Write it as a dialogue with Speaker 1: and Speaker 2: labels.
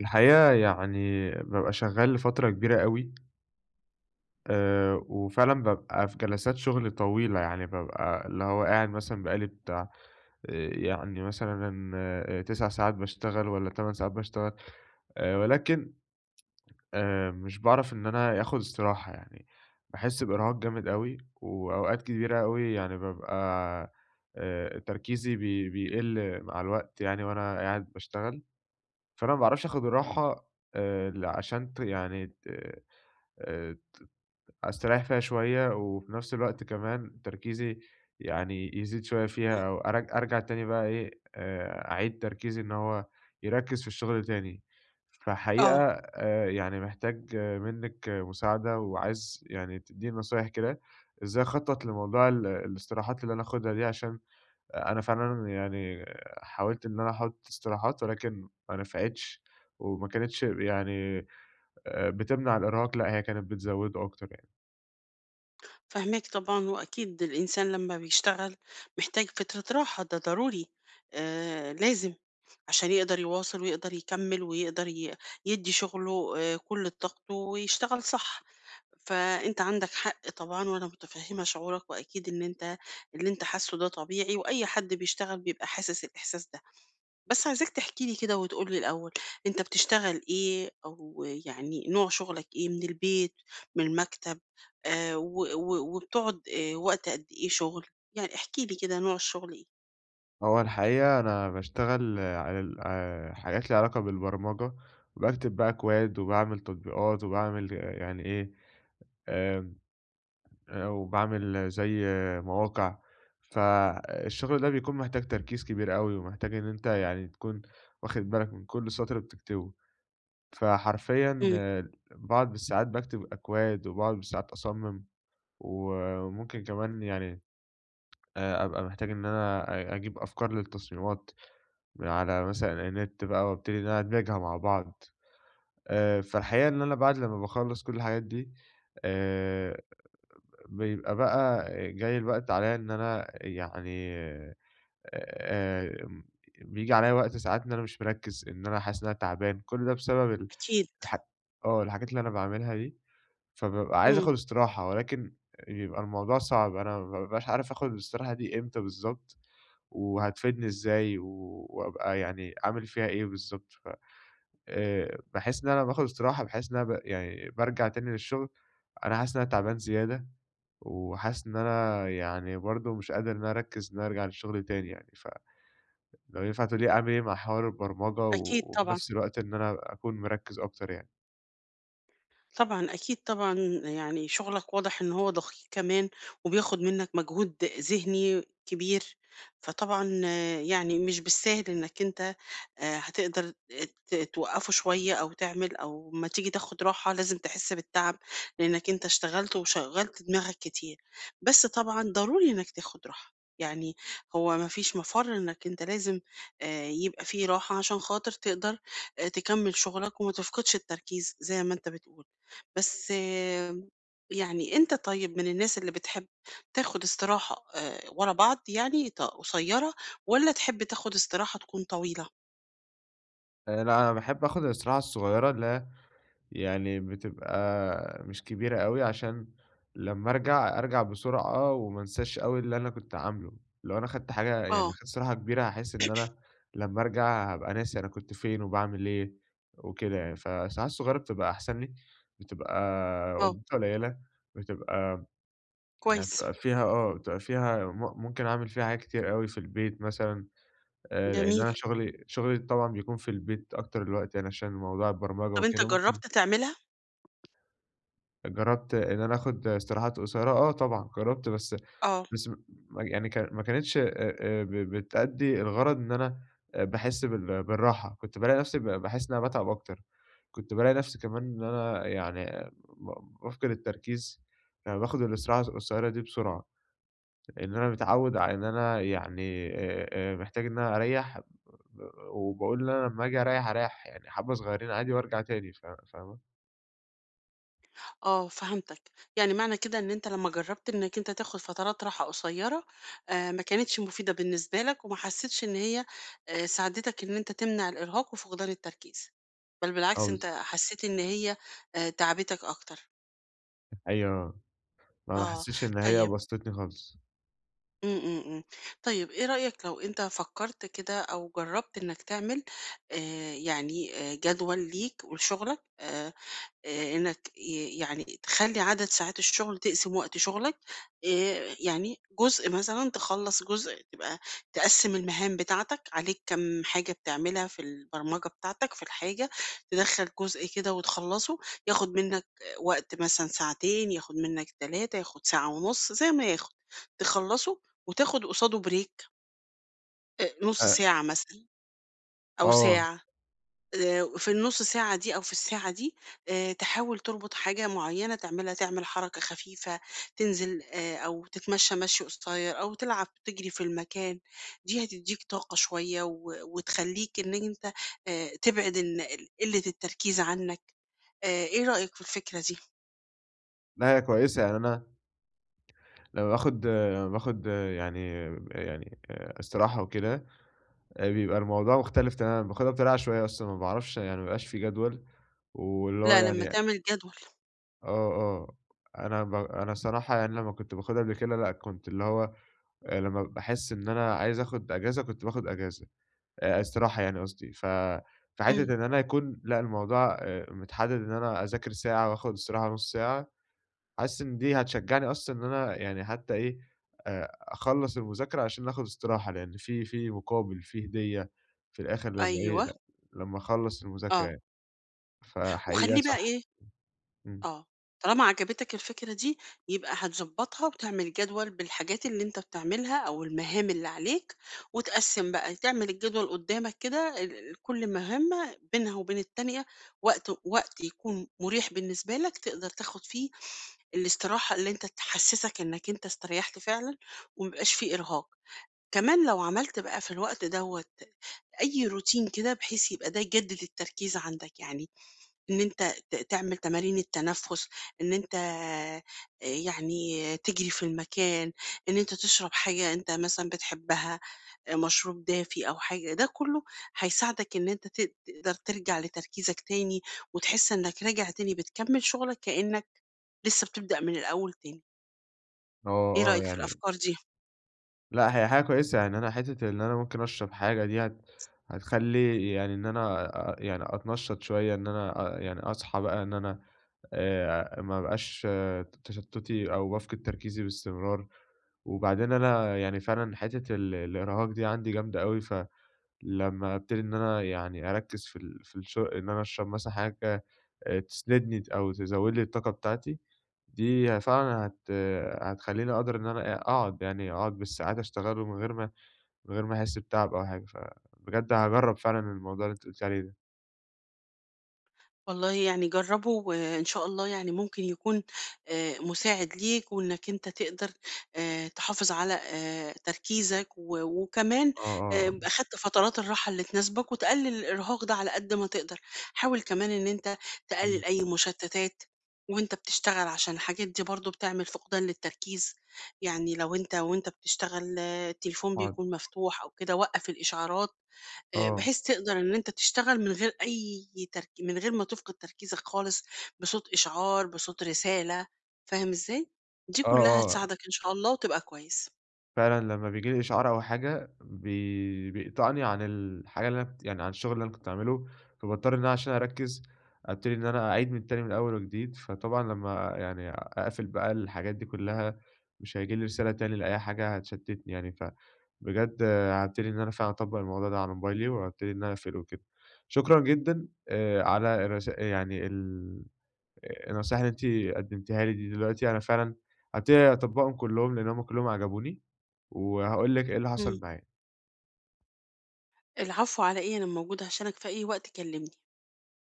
Speaker 1: الحقيقة يعني بابقى شغال لفترة كبيرة أوي، وفعلًا بابقى في جلسات شغل طويلة، يعني بابقى اللي هو قاعد مثلًا بقى لي بتاع يعني مثلًا 9 ساعات باشتغل والّا 8 ساعات باشتغل، ولكن مش باعرف إن أنا آخد استراحة يعني. باحس بإرهاق جامد أوي، وأوقات كبيرة أوي يعني بابقى تركيزي بيقل مع الوقت يعني وأنا قاعد باشتغل. فأنا ما باعرفش آخد الراحة ل عشان ت يعني ت آآ أستريّح فيها شوية، وفي نفس الوقت كمان تركيزي يعني يزيد شوية فيها أو أرجع تاني بقى إيه، أعيد تركيزي إن هو يركّز في الشغل تاني. فحقيقة
Speaker 2: آه،
Speaker 1: يعني محتاج منِّك مساعدة، وعايز يعني تدّيني نصايح كده إزاي أخطّط لموضوع الاستراحات اللي أنا آخُدها دي، عشان أنا فعلًا يعني حاولت إن أنا أحُط استراحات ولكن ما نفعتش، وما كانتش يعني بتمنع الإرهاق لأ، هي كانت بتزوّده أكتر.
Speaker 2: فاهماك طبعًا، وأكيد الإنسان لمّا بيشتغل محتاج فترة راحة، ده ضروري لازم عشان يقدر يواصل ويقدر يكمّل ويقدر يدّي شغله كل طاقته ويشتغل صح، فأنت عندك حق طبعًا وأنا متفهّمة شعورك وأكيد إن أنت اللي أنت حاسّه ده طبيعي وأي حد بيشتغل بيبقى حاسس الإحساس ده. بس عايزاك تحكي لي كده وتقول لي الأول أنت بتشتغل إيه أو يعني نوع شغلك إيه من البيت من المكتب آه، و- و- وبتقعد وقت قد إيه شغل يعني احكي لي كده نوع الشغل إيه.
Speaker 1: هو الحقيقة أنا باشتغل على ال حاجات ليها علاقة بالبرمجة، وباكتب بقى كواد وباعمل تطبيقات وباعمل يعني إيه، آمم، وباعمل زي مواقع. فالشغل ده بيكون محتاج تركيز كبير أوي، ومحتاج إن أنت يعني تكون واخد بالك من كل سطر بتكتبه. فحرفيًا
Speaker 2: امم.
Speaker 1: باقعد بالساعات باكتب أكواد، وباقعد بالساعات أصمم، وممكن كمان يعني أبقى محتاج إن أنا أجيب أفكار للتصميمات من على مثلًا النت بقى وابتدي إن أنا أدمجها مع بعض. فالحقيقة إن أنا بعد لمّا باخلّص كل الحاجات دي آآ، بيبقى بقى جاي الوقت عليّا إن أنا يعني م بييجي عليّا وقت ساعات إن أنا مش مركّز، إن أنا حاسس إن أنا تعبان، كل ده بسبب ال
Speaker 2: أكيد.
Speaker 1: الح آه، الحاجات اللي أنا باعملها دي. فبابقى عايز
Speaker 2: امم.
Speaker 1: آخُد استراحة ولكن بيبقى الموضوع صعب، أنا ما بابقاش عارف آخُد الاستراحة دي إمتى بالضبط وهتفيدني إزاي وأبقى يعني أعمل فيها إيه بالضبط. باحس إن أنا لمّا باخد استراحة باحس إن أنا يعني بارجع تاني للشغل، أنا حاسس إن أنا تعبان زيادة، وحاسس إن أنا يعني برضه مش قادر إن أنا أركّز إن أنا أرجع للشغل تاني يعني، فلو ينفع تقول لي أعمل إيه مع حوار البرمجة
Speaker 2: أكيد
Speaker 1: وفي
Speaker 2: طبعا.
Speaker 1: نفس الوقت إن أنا أكون مركّز أكتر يعني؟
Speaker 2: طبعًا، أكيد طبعًا، يعني شغلك واضح إن هو دقيق كمان، وبياخد منك مجهود ذهني كبير، فطبعًا يعني مش بالساهل إنك أنت هتقدر توقّفه شوية أو تعمل أو أمّا تيجي تاخد راحة لازم تحس بالتعب، لإنك أنت اشتغلت وشغّلت دماغك كتير، بس طبعًا ضروري إنك تاخد راحة، يعني هو ما فيش مفر إنك أنت لازم يبقى في راحة عشان خاطر تقدر تكمّل شغلك وما تفقدش التركيز زي ما أنت بتقول. بس يعني أنت طيب من الناس اللي بتحب تاخد استراحة ورا بعض يعني قصيّرة، والّا تحب تاخد استراحة تكون طويلة؟
Speaker 1: لأ، أنا باحب آخد الاستراحة الصغيرة اللي هي يعني بتبقى مش كبيرة أوي، عشان لمّا أرجع، أرجع بسرعة وما انساش أوي اللي أنا كنت عامله. لو أنا خدت حاجة يعني
Speaker 2: آه،
Speaker 1: خدت استراحة كبيرة، هاحس إن أنا لمّا أرجع هابقى ناسي أنا كنت فين وباعمل إيه وكده يعني. فالساعات الصغيرة بتبقى أحسن لي، بتبقى
Speaker 2: آه،
Speaker 1: مدتها قليلة، بتبقى يعني
Speaker 2: كويس،
Speaker 1: بتبقى فيها آه، بتبقى فيها ممكن أعمل فيها حاجات كتير أوي في البيت مثلًا، لإن
Speaker 2: جميل.
Speaker 1: أنا شغلي طبعًا بيكون في البيت أكتر الوقت يعني، عشان موضوع البرمجة
Speaker 2: طب أنت
Speaker 1: وكده ممكن
Speaker 2: جرّبت تعملها؟
Speaker 1: جرّبت إن أنا آخُد استراحات قصيّرة. آه، طبعًا جرّبت، بس
Speaker 2: آه،
Speaker 1: بس م يعني ما كانتش ب بتأدّي الغرض إن أنا باحس بالراحة، كنت بالاقي نَفْسي باحس إن أنا باتعب أكتر، كنت بالاقي نَفْسي كمان إن أنا يعني ب بافقد التركيز لمّا باخُد الاستراحة القصيّرة دي بسرعة، لإن أنا متعوّد على إن أنا يعني محتاج إن أنا أريّح ب وباقول إن أنا لمّا آجي أريّح، أريّح يعني حبّة صغيّرين عادي وأرجع تاني، فاهمة؟
Speaker 2: آه، فهمتك. يعني معنى كده إن أنت لمّا جرّبت إنك أنت تاخد فترات راحة قصيّرة، ما كانتش مفيدة بالنسبة لك، وما حسيتش إن هي ساعدتك إن أنت تمنع الإرهاق وفقدان التركيز، بل
Speaker 1: آه
Speaker 2: بالعكس أنت
Speaker 1: بالض
Speaker 2: حسيت إن هي تعبتك أكتر.
Speaker 1: أيوه. ما
Speaker 2: آه،
Speaker 1: حسيتش إن هي
Speaker 2: طيب
Speaker 1: بسطتني خالص.
Speaker 2: إمم، إمم، إمم. طيب إيه رأيك لو أنت فكّرت كده أو جرّبت إنّك تعمل جدول ليك ولشغلك إنّك يعني تخلّي عدد ساعات الشغل تقسم وقت شغلك يعني جزء مثلًا تخلّص جزء، تبقى تقسّم المهام بتاعتك، عليك كام حاجة بتعملها في البرمجة بتاعتك في الحاجة، تدخّل جزء كده وتخلّصه، ياخد منّك وقت مثلًا ساعتين، ياخد منّك 3، ياخد ساعة ونُص، زي ما ياخد، تخلّصه وتاخد قصاده break نُص
Speaker 1: أ
Speaker 2: ساعة مثلًا أو
Speaker 1: آه،
Speaker 2: ساعة. في النُّص ساعة دي أو في الساعة دي تحاول تربط حاجة معيّنة تعملها، تعمل حركة خفيفة، تنزل أو تتمشّى مشي قصيّر أو تلعب تجري في المكان، دي هتدّيك طاقة شوية و وتخلّيك إن أنت تبعد إن ال قِلّة التركيز عنّك. إيه رأيك في الفكرة دي؟
Speaker 1: لأ هي كويسة، يعني أنا لمّا باخد يعني يعني استراحة وكده. بيبقى الموضوع مختلف تمامًا، باخدها بطريقة عشوائية أصلًا، ما باعرفش يعني ما بيبقاش في جدول، واللي هو
Speaker 2: لأ، لمّا
Speaker 1: يعني.
Speaker 2: تعمل جدول
Speaker 1: آه، آه، أنا الصراحة يعني لمّا كنت باخدها قبل كده لأ، كنت اللي هو لمّا باحس إن أنا عايز آخد أجازة، كنت باخد أجازة، استراحة يعني قصدي.
Speaker 2: إمم،
Speaker 1: فحتّة إن أنا يكون لأ، الموضوع متحدد إن أنا أذاكر ساعة وآخد استراحة نُص ساعة. حاسس إن دي هتشجّعني أصلًا إن أنا يعني حتى إيه، أخلّص المذاكرة عشان آخُد استراحة، لإن في مقابل، في هدية في الآخِر لمّا إيه،
Speaker 2: أيوه،
Speaker 1: لمّا أخلّص المذاكرة
Speaker 2: آه.
Speaker 1: يعني. فحقيقة
Speaker 2: وخلّيه بقى
Speaker 1: صح.
Speaker 2: إيه
Speaker 1: إمم.
Speaker 2: آه، طالما عجبتك الفكرة دي يبقى هتضبّطها وتعمل جدول بالحاجات اللي أنت بتعملها أو المهام اللي عليك، وتقسّم بقى تعمل الجدول قدّامك كده ال كل مهمة بينها وبين التانية وقت يكون مُريح بالنسبة لك تقدر تاخد فيه الاستراحة اللي أنت تحسّسك إنك أنت استريحت فعلًا وما يبقاش في إرهاق. كمان لو عملت بقى في الوقت دوّة أي روتين كده بحيث يبقى ده يجدد التركيز عندك، يعني إن أنت تعمل تمارين التنفس، إن أنت يعني تجري في المكان، إن أنت تشرب حاجة أنت مثلًا بتحبها، مشروب دافي أو حاجة، ده كله هيساعدك إن أنت تقدر ترجع لتركيزك تاني، وتحس إنك راجع تاني بتكمل شغلك كأنك لسه بتبدأ من الأول تاني،
Speaker 1: آه،
Speaker 2: إيه
Speaker 1: آه،
Speaker 2: رأيك في
Speaker 1: يعني
Speaker 2: الأفكار دي؟
Speaker 1: لأ، هي حاجة كويسة، يعني أنا حتّة إن أنا ممكن أشرب حاجة دي هت هتخلّي يعني إن أنا يعني أتنشّط شوية، إن أنا يعني أصحى بقى إن أنا ما بقاش تشتُّتي أو بافقد تركيزي باستمرار. وبعدين أنا يعني فعلًا حتّة الإرهاق دي عندي جامدة أوي، فلمّا أبتدي إن أنا يعني أركِّز في ال في الش إن أنا أشرب مثلًا حاجة تسندني أو تزوِّد لي الطاقة بتاعتي، دي ه فعلًا هت هتخلّيني أقدر إن أنا أقعد يعني أقعد بالساعات أشتغل ومن غير ما أحس بتعب أو حاجة. فبجد هاجرّب فعلًا الموضوع اللي أنتِ قُلتِ عليه ده.
Speaker 2: والله يعني جرّبه وإن شاء الله يعني ممكن يكون مساعد ليك وإنك أنت تقدر تحافظ على تركيزك و وكمان
Speaker 1: آه، آه،
Speaker 2: أخدت فترات الراحة اللي تناسبك وتقلّل الإرهاق ده على قد ما تقدر. حاول كمان إن أنت
Speaker 1: إمم،
Speaker 2: تقلّل أي مشتتات وأنت بتشتغل عشان الحاجات دي برضه بتعمل فقدان للتركيز. يعني لو أنت وأنت بتشتغل آه، التليفون
Speaker 1: هاقعد.
Speaker 2: بيكون مفتوح أو كده، وقّف الإشعارات
Speaker 1: آه،
Speaker 2: بحيث تقدر إن أنت تشتغل من غير أي ترك من غير ما تفقد تركيزك خالص، بصوت إشعار، بصوت رسالة، فاهم إزاي؟ دي
Speaker 1: آه،
Speaker 2: كلّها
Speaker 1: آه.
Speaker 2: هتساعدك إن شاء الله وتبقى كويس.
Speaker 1: فعلًا لمّا بييجي لي إشعار أو حاجة بيقطعني عن الحاجة اللي أنا كنت يعني عن الشغل اللي أنا كنت باعمله، فباضطر إن أنا عشان أركّز أبتدي إن أنا أعيد من تاني من أول وجديد. فطبعًا لمّا يعني أقفل بقى الحاجات دي كلّها مش هييجي لي رسالة تاني لأي حاجة هتشتتني يعني، فبجد هابتدي إن أنا فعلًا أطبّق الموضوع ده على موبايلي وهابتدي إن أنا أقفله وكده. شكرًا جدًا على الرسا يعني ال النصايح اللي أنتِ قدّمتيها لي دي. دلوقتي أنا فعلًا هابتدي أطبّقهم كلّهم، لإن هُم كلّهم عجبوني، وهاقول لِك إيه اللي حصل
Speaker 2: إمم.
Speaker 1: معايا.
Speaker 2: العفو على إيه، أنا موجودة عشانك في أي وقت كلّمني.